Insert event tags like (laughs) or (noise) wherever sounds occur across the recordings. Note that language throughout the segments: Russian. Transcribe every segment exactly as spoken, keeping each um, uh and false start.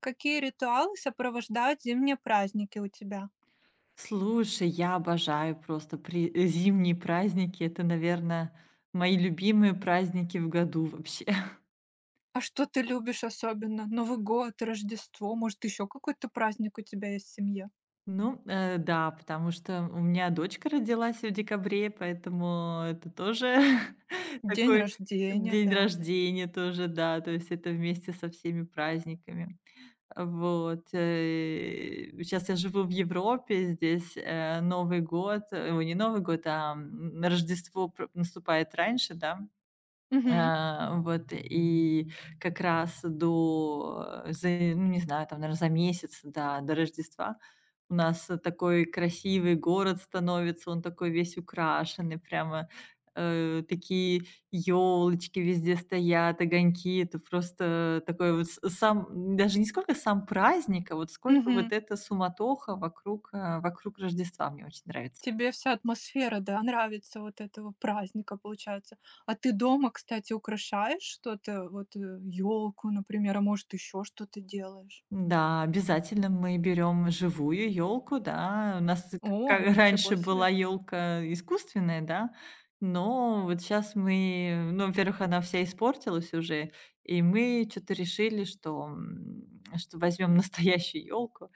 Какие ритуалы сопровождают зимние праздники у тебя? Слушай, я обожаю просто при э, зимние праздники. Это, наверное, мои любимые праздники в году вообще. (laughs) А что ты любишь особенно? Новый год, Рождество, может, еще какой-то праздник у тебя есть в семье? Ну, э, да, потому что у меня дочка родилась в декабре, поэтому это тоже (laughs) День такой рождения, день да. рождения тоже, да, то есть это вместе со всеми праздниками. Вот. Сейчас я живу в Европе, здесь э, Новый год, э, ой, не Новый год, а м, Рождество пр- наступает раньше, да. Мгм, А, вот, и как раз до, э, за, ну, не знаю, там, наверное, за месяц, до до Рождества у нас, э, такой красивый город становится, он такой весь украшенный, прямо, э, такие елочки везде стоят, огоньки. Это просто такой вот с сам даже не сколько сам праздник, а вот сколько мгм. вот эта суматоха вокруг, э, вокруг Рождества мне очень нравится. Тебе вся атмосфера, да, нравится вот этого праздника, получается. А ты дома, кстати, украшаешь что-то? Вот елку, например, а может, еще что-то делаешь? Да, обязательно мы берем живую елку, да. У нас и О, как ничего раньше себе. была елка искусственная, да, но вот сейчас мы, ну, во-первых, она вся испортилась уже, и мы что-то решили, что, м, что возьмем (laughs) настоящую елку.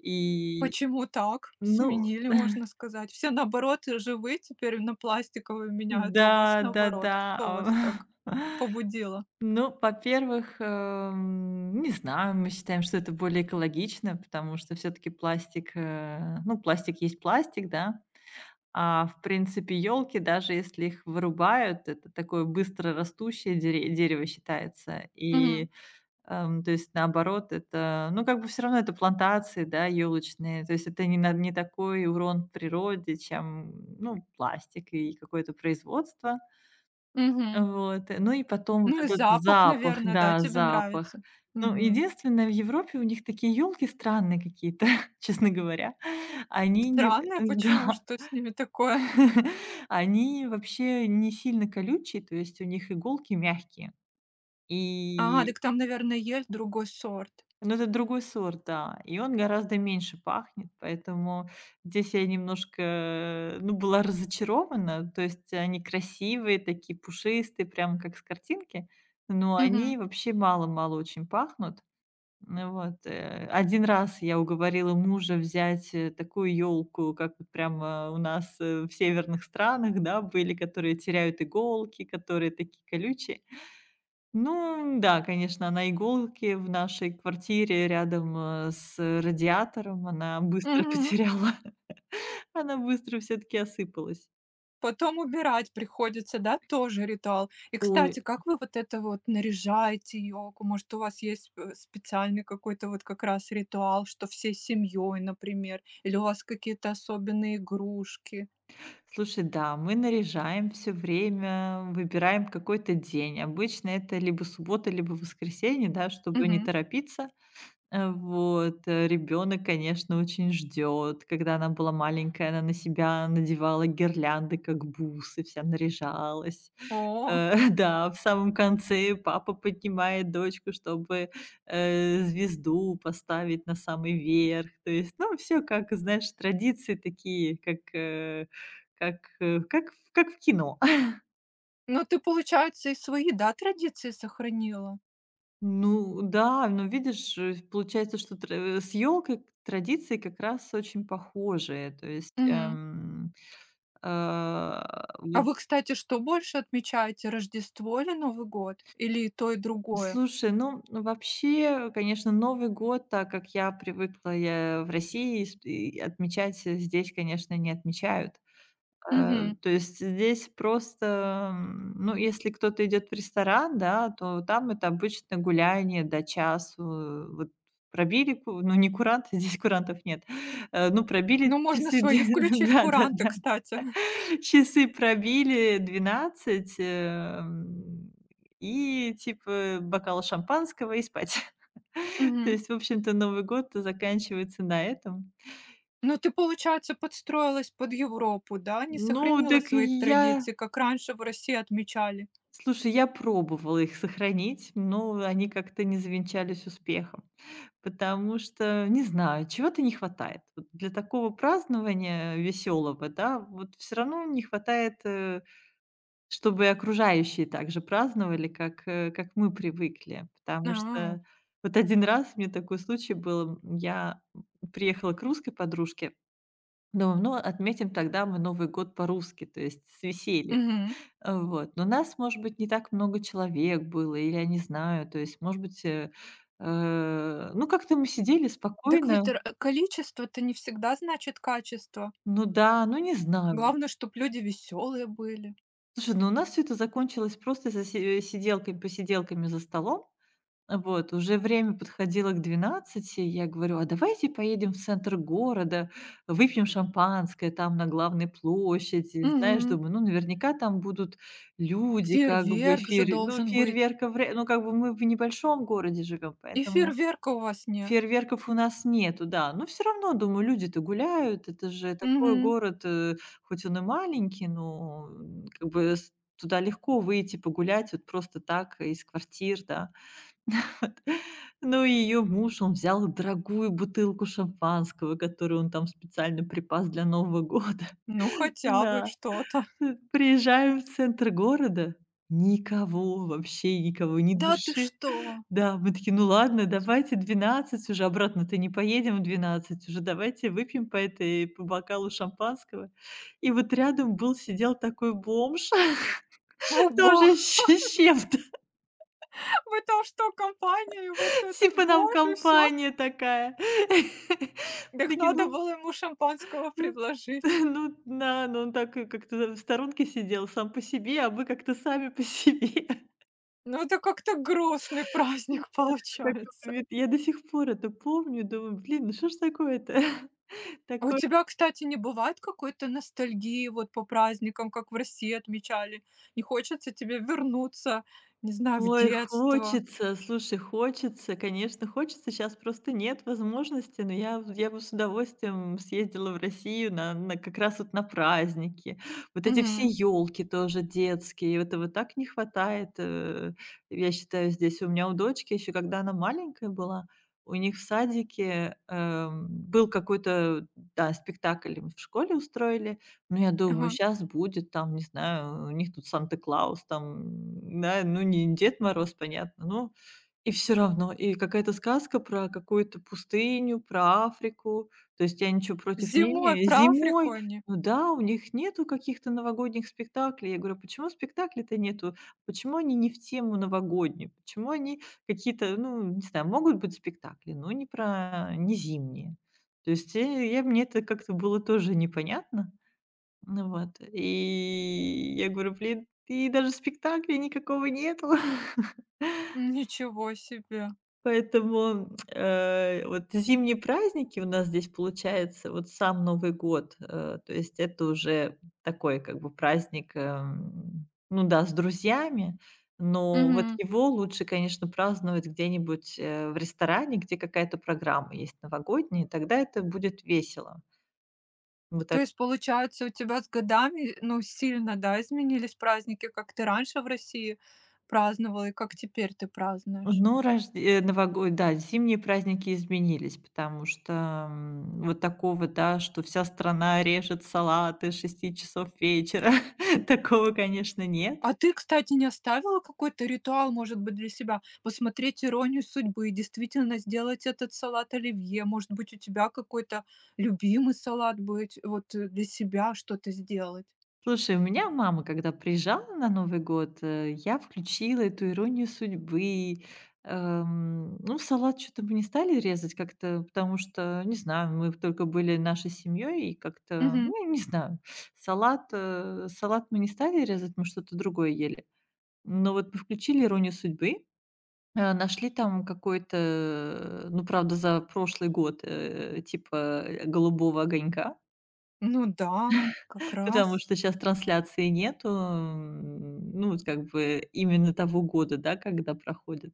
И, Почему так? ну, Сменили, можно сказать. Все, наоборот, живы теперь на пластиковые меняют, а у вас да, да, наоборот. да, Что вас так а, (laughs) побудило? ну, во-первых, эм, не знаю, мы считаем, что это более экологично, потому что все-таки пластик, э, ну, пластик есть пластик, да. А, в принципе, елки, даже если их вырубают, это такое быстрорастущее дере дерево считается. Мгм, И, эм, то есть, наоборот, это, ну, как бы все равно это плантации, да, елочные. То есть это не на не такой урон природе, чем, ну, пластик и какое-то производство. мгм. Вот. Ну и потом вот Ну и этот запах, запах, наверное, да, да, тебе запах. нравится? Ну, Мгм. единственное, в Европе у них такие елки странные какие-то, (laughs) честно говоря. Они не (laughs) Странно, почему, да. что с ними такое? (laughs) Они вообще не сильно колючие, то есть у них иголки мягкие. А, И так там, наверное, есть другой сорт. ну, это другой сорт, да. И он гораздо меньше пахнет, поэтому здесь я немножко, ну, была разочарована. То есть они красивые, такие пушистые, прям как с картинки, но Мгм, они вообще мало-мало очень пахнут. Ну вот, э, один раз я уговорила мужа взять, э, такую елку, как вот прямо у нас, э, в северных странах, да, были, которые теряют иголки, которые такие колючие. Ну да, конечно, она иголки в нашей квартире рядом, э, с радиатором, она быстро (laughs) мгм. потеряла, она быстро все таки осыпалась. Потом убирать приходится, да, тоже ритуал. И, Ой, кстати, как вы вот это вот наряжаете елку? Может, у вас есть, э, специальный какой-то вот как раз ритуал, что всей семьей, например, или у вас какие-то особенные игрушки? слушай, да, мы наряжаем все время, выбираем какой-то день. Обычно это либо суббота, либо воскресенье, да, чтобы не Мгм. торопиться. Э, вот, э, ребёнок, конечно, очень ждет. Когда она была маленькая, она на себя надевала гирлянды, как бусы, вся наряжалась. О, Э, (laughs) да, в самом конце папа поднимает дочку, чтобы, э, звезду поставить на самый верх. То есть, ну, все, как, знаешь, традиции такие, как, э, как, э, как в как в кино. ну ты, получается, и свои, да, традиции сохранила? Ну да, но видишь, э, получается, что тр э, с елкой традиции как раз очень похожие. То есть, Мгм. эм, а, А вот, вы, кстати, что больше отмечаете, Рождество или Новый год? Или и то, и другое? слушай, ну, ну, вообще, конечно, Новый год, так как я привыкла, я в России, и с и отмечать, э, здесь, конечно, не отмечают. Э, Мгм. То есть здесь просто, м, ну, если кто-то идет в ресторан, да, то там это обычно гуляние до часу. Э, вот, пробили ку ну, не куранты, (laughs) здесь курантов нет. Э, ну, Ну, пробили можно часы свои дв включить куранты, да-да-да. кстати. (laughs) (laughs) Часы пробили двенадцать, эм, и типа бокал шампанского и спать. (laughs) То Мгм. есть, в общем-то, Новый год заканчивается на этом. Ну, ты, получается, подстроилась под Европу, да? Не Ну, сохранила так своих я традиций, как раньше в России отмечали. Слушай, я пробовала их сохранить, но они как-то не завенчались успехом, потому что, не знаю, чего-то не хватает. Вот для такого празднования веселого, да, вот все равно не хватает, э, чтобы и окружающие также праздновали, как, э, как мы привыкли. Потому А, что вот один раз у меня такой случай был, м, я приехала к русской подружке, думаю, ну, отметим тогда мы Новый год по-русски, то есть с весельем. мгм. Э, вот. Но нас, может быть, не так много человек было, или я не знаю. То есть, может быть, э, э, ну, как-то мы сидели Так ведь спокойно. р- э, количество-то не всегда значит качество. Ну да, ну не знаю. Главное, чтобы люди веселые были. Слушай, ну у нас все это закончилось просто за се э, сиделками посиделками за столом. Вот, уже время подходило к двенадцати. Я говорю: "А давайте поедем в центр города, выпьем шампанское там на главной площади". Знаешь, Мгм. думаю, ну, наверняка там будут люди, как бы Фейерверк же фейер ну, должен быть. фейерверков, вря ну, как бы мы в небольшом городе живем, И поэтому фейерверка у вас нет. фейерверков у нас нету, да. Но все равно, думаю, люди-то гуляют, это же такой Мгм. город, э, хоть он и маленький, но, м, как бы с туда легко выйти погулять вот просто так из квартир, да. Ну и ее муж, он взял дорогую бутылку шампанского, которую он там специально припас для Нового года. (laughs) Ну, хотя бы Да. что-то. Э, приезжаем в центр города — никого, вообще никого, ни Да ты души. что? Да, мы такие: "Ну ладно, давайте, двенадцать уже, обратно-то не поедем, в двенадцать уже, давайте выпьем по этой по бокалу шампанского". И вот рядом был, сидел такой бомж, О, (laughs) бо- тоже щ с чем-то, (laughs) Вы там что, компания и вот (laughs) этот типа нам боже, все? компания такая. (laughs) Мы Так такие: надо "Ну". было ему шампанского Ну, (laughs) предложить. ну да, но он так и как-то в сторонке сидел сам по себе, а мы как-то сами по себе. Ну, это как-то грустный (laughs) (laughs) праздник Так вот, получается. ведь я до сих пор это помню, думаю: "Блин, ну что ж такое-то?" (laughs) А у Такое. тебя, кстати, не бывает какой-то ностальгии вот по праздникам, как в России отмечали? Не хочется тебе вернуться, не знаю, в Ой, детство? хочется, слушай, хочется, конечно, хочется. Сейчас просто нет возможности, но я я бы с удовольствием съездила в Россию на на как раз вот на праздники. Вот эти все Мгм. елки тоже детские, этого так не хватает, э, я считаю, здесь. У меня у дочки еще, когда она маленькая была, у них в садике, эм, был какой-то, да, спектакль им в школе устроили, ну, я думаю, Ага. сейчас будет там, не знаю, у них тут Санта-Клаус там, да, ну, не Дед Мороз, понятно, ну и все равно. И какая-то сказка про какую-то пустыню, про Африку. То есть я ничего против не Зимой имею. про Африку Зимой, они? ну да, у них нету каких-то новогодних спектаклей. Я говорю: а "Почему спектаклей-то нету? Почему они не в тему новогоднюю? Почему они какие-то, ну, не знаю, могут быть спектакли, но не про не зимние?" То есть, э, я мне это как-то было тоже непонятно. Ну вот, и я говорю: "Блин, и даже спектакля никакого нету". (laughs) Ничего себе. Поэтому, э, вот зимние праздники у нас здесь, получается, вот сам Новый год, э, то есть это уже такой как бы праздник, эм, ну да, с друзьями, но вот Мгм. его лучше, конечно, праздновать где-нибудь, э, в ресторане, где какая-то программа есть новогодняя, и тогда это будет весело. Вот. То есть, получается, у тебя с годами, ну, сильно, да, изменились праздники, как ты раньше в России праздновал и как теперь ты празднуешь? Ну, рожд э, да, зимние праздники изменились, потому что, м, вот такого, да, что вся страна режет салаты с шести часов вечера, (laughs) такого, конечно, нет. А ты, кстати, не оставила какой-то ритуал, может быть, для себя? Посмотреть "Иронию судьбы" и действительно сделать этот салат оливье. Может быть, у тебя какой-то любимый салат будет вот, э, для себя что-то сделать. Слушай, у меня мама, когда приезжала на Новый год, э, я включила эту "Иронию судьбы". Эм, ну, салат что то мы не стали резать как-то, потому что, не знаю, мы только были нашей семьей, и как-то, Мгм. ну, не знаю, салат, э, салат мы не стали резать, мы что-то другое ели. Но вот включили "Иронию судьбы", э, нашли там какой-то, э, ну, правда, за прошлый год, э, типа, э, "Голубого огонька", Ну да, как (laughs) потому раз. что сейчас трансляции нету, м, ну, вот как бы именно того года, да, когда проходит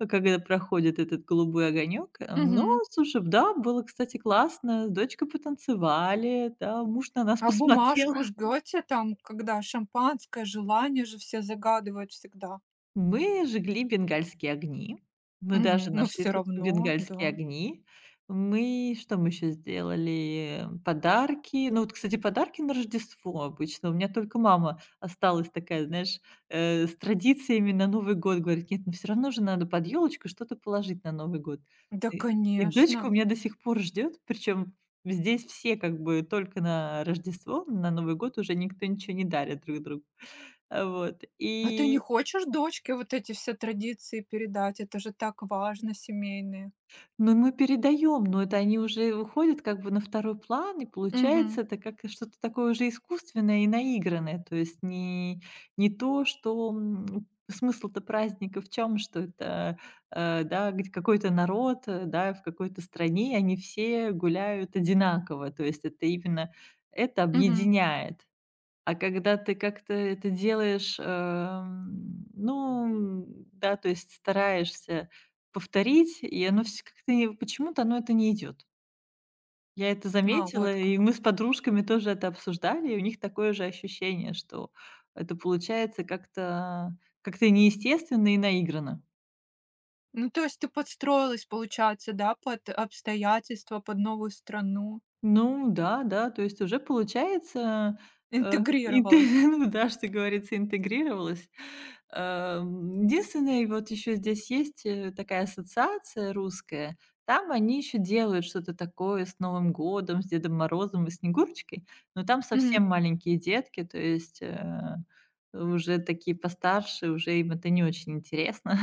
э, когда проходит этот "Голубой огонек". Э, но, Мгм. слушай, да, было, кстати, классно. С дочкой потанцевали, да, муж на нас А (laughs) посмотрел. бумажку жгёте там, когда шампанское, желание же все загадывают всегда? Мы жгли бенгальские огни. Мы Мгм. даже Но нашли всё тут равно, бенгальские да. огни. Мы что мы еще сделали? Подарки. Ну, вот, кстати, подарки на Рождество обычно. У меня только мама осталась такая, знаешь, э, с традициями на Новый год. Говорит: "Нет, ну всё равно же надо под елочку что-то положить на Новый год". Да, И и дочка конечно. у меня до сих пор ждет, причем здесь все как бы только на Рождество, на Новый год уже никто ничего не дарит друг другу. А, вот, А ты не и хочешь дочке вот эти все традиции передать? Это же так важно, семейные. ну, мы передаем, но это они уже уходят как бы на второй план, и Мгм. получается это как что-то такое уже искусственное и наигранное. То есть не, не то, что м, смысл-то праздника в чем, что это э, да, г- какой-то народ, э, да, в какой-то стране, и они все гуляют одинаково. То есть это именно это Мгм. объединяет. А когда ты как-то это делаешь, эм, ну, м, да, то есть стараешься повторить, и оно все как-то и почему-то оно это не идет. Я это А, заметила, вот как. и мы с подружками тоже это обсуждали, и у них такое же ощущение, что это получается как-то как-то неестественно и наигранно. Ну, то есть ты подстроилась, получается, да, под обстоятельства, под новую страну, Ну да, да, то есть уже получается, э, инте интегрировалась. (laughs) ну да, что говорится, интегрировалась. Эм, единственное, вот еще здесь есть, э, такая ассоциация русская. Там они еще делают что-то такое с Новым годом, с Дедом Морозом и Снегурочкой, но там Мгм. совсем маленькие детки, то есть, э, уже такие постарше, уже им это не очень интересно.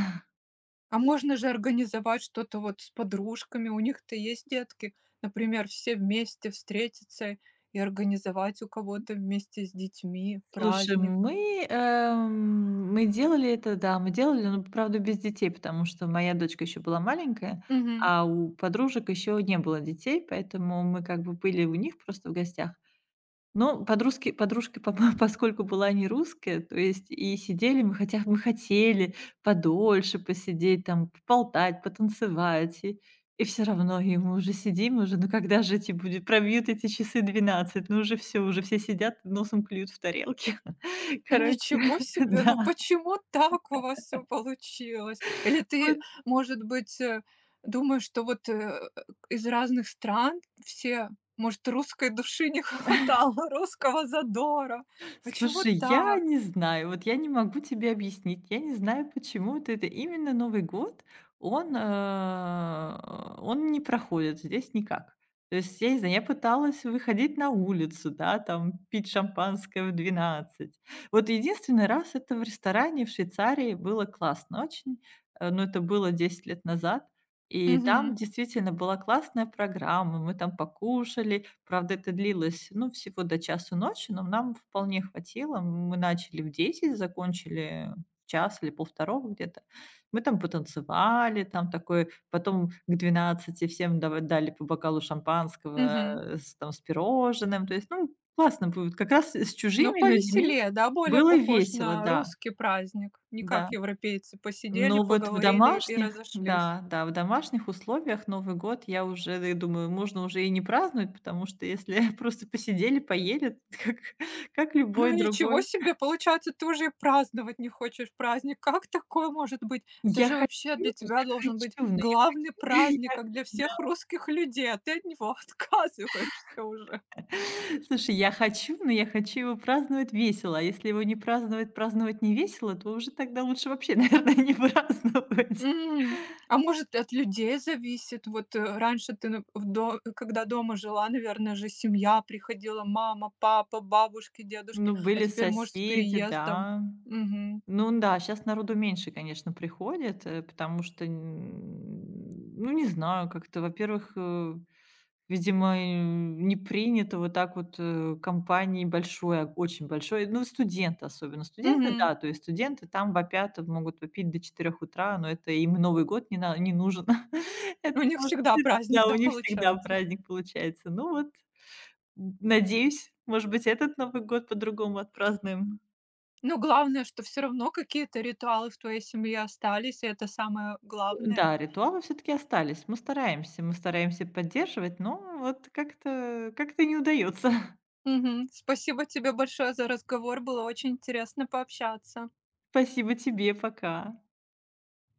А можно же организовать что-то вот с подружками, у них-то есть детки, например, все вместе встретиться и организовать у кого-то вместе с детьми Слушай, праздник. мы, эм, мы делали это, да, мы делали, но, правда, без детей, потому что моя дочка еще была маленькая, Мгм. а у подружек еще не было детей, поэтому мы как бы были у них просто в гостях. Ну, подружки подружка, по (laughs) поскольку была не русская, то есть и сидели мы, хотя мы хотели подольше посидеть, там поболтать, потанцевать, и все равно, и мы уже сидим, уже, ну когда же эти будет пробьют эти часы двенадцать, ну уже все уже все сидят, носом клюют в тарелки. (laughs) Короче, Ничего (laughs) себе! Ну да. почему так у вас все получилось? Или Вот. ты, может быть, э, думаешь, что вот, э, из разных стран все, может, русской души не (laughs) хватало, русского задора? Почему Слушай, я так? не знаю, вот я не могу тебе объяснить. Я не знаю, почему вот это именно Новый год, он, э, он не проходит здесь никак. То есть, я не знаю, я пыталась выходить на улицу, да, там пить шампанское в двенадцать. Вот единственный раз это в ресторане в Швейцарии было классно очень, э, но это было десять лет назад. И Угу, там действительно была классная программа, мы там покушали. Правда, это длилось, ну, всего до часу ночи, но нам вполне хватило. Мы начали в десять, закончили в час или полвторого где-то. Мы там потанцевали, там такой, потом к двенадцати всем дава дали по бокалу шампанского, угу. э, с, там, с пирожным. То есть, ну, классно было. Как раз с Ну, чужими людьми повеселее, да, более было похож весело, на да, русский праздник. Не да. как европейцы: посидели, Ну, вот в поговорили и домашних, разошлись. да, да, в домашних условиях Новый год, я уже и думаю, можно уже и не праздновать, потому что если (laughs) просто посидели, поели, (laughs) как как Ну любой ничего другой. себе! Получается, ты уже и праздновать не хочешь праздник. Как такое может быть? Это Я же хочу, вообще для я тебя должен хочу, быть но я главный праздник, хочу как для всех русских людей, а ты от него (laughs) отказываешься уже. (laughs) слушай, я хочу, но я хочу его праздновать весело, а если его не праздновать, праздновать не весело, то уже тогда лучше вообще, (laughs) наверное, не праздновать. М. А может, от людей зависит? Вот, э, раньше ты нап в до когда дома жила, наверное же, семья приходила: мама, папа, бабушки, дедушки. Ну, А были теперь, может, с соседи, переездом. да. Мгм. Ну да, сейчас народу меньше, конечно, приходит, э, потому что, н ну, не знаю, как-то, во-первых, э, видимо, э, не принято вот так вот, э, компанией большой, а очень большой, ну, студенты особенно. Студенты, Мгм. да, то есть студенты там вопят, могут вопить до четырёх утра, но это им Новый год не на не нужен. (laughs) У Это них может всегда да, праздник, у да, них всегда получается? праздник получается. Ну вот, н надеюсь, может быть, этот Новый год по-другому отпразднуем. Ну, главное, что все равно какие-то ритуалы в твоей семье остались, и это самое главное. Да, ритуалы все таки остались. Мы стараемся, мы стараемся поддерживать, но вот как-то как-то не удается. Мгм. Спасибо тебе большое за разговор. Было очень интересно пообщаться. (laughs) Спасибо тебе, пока.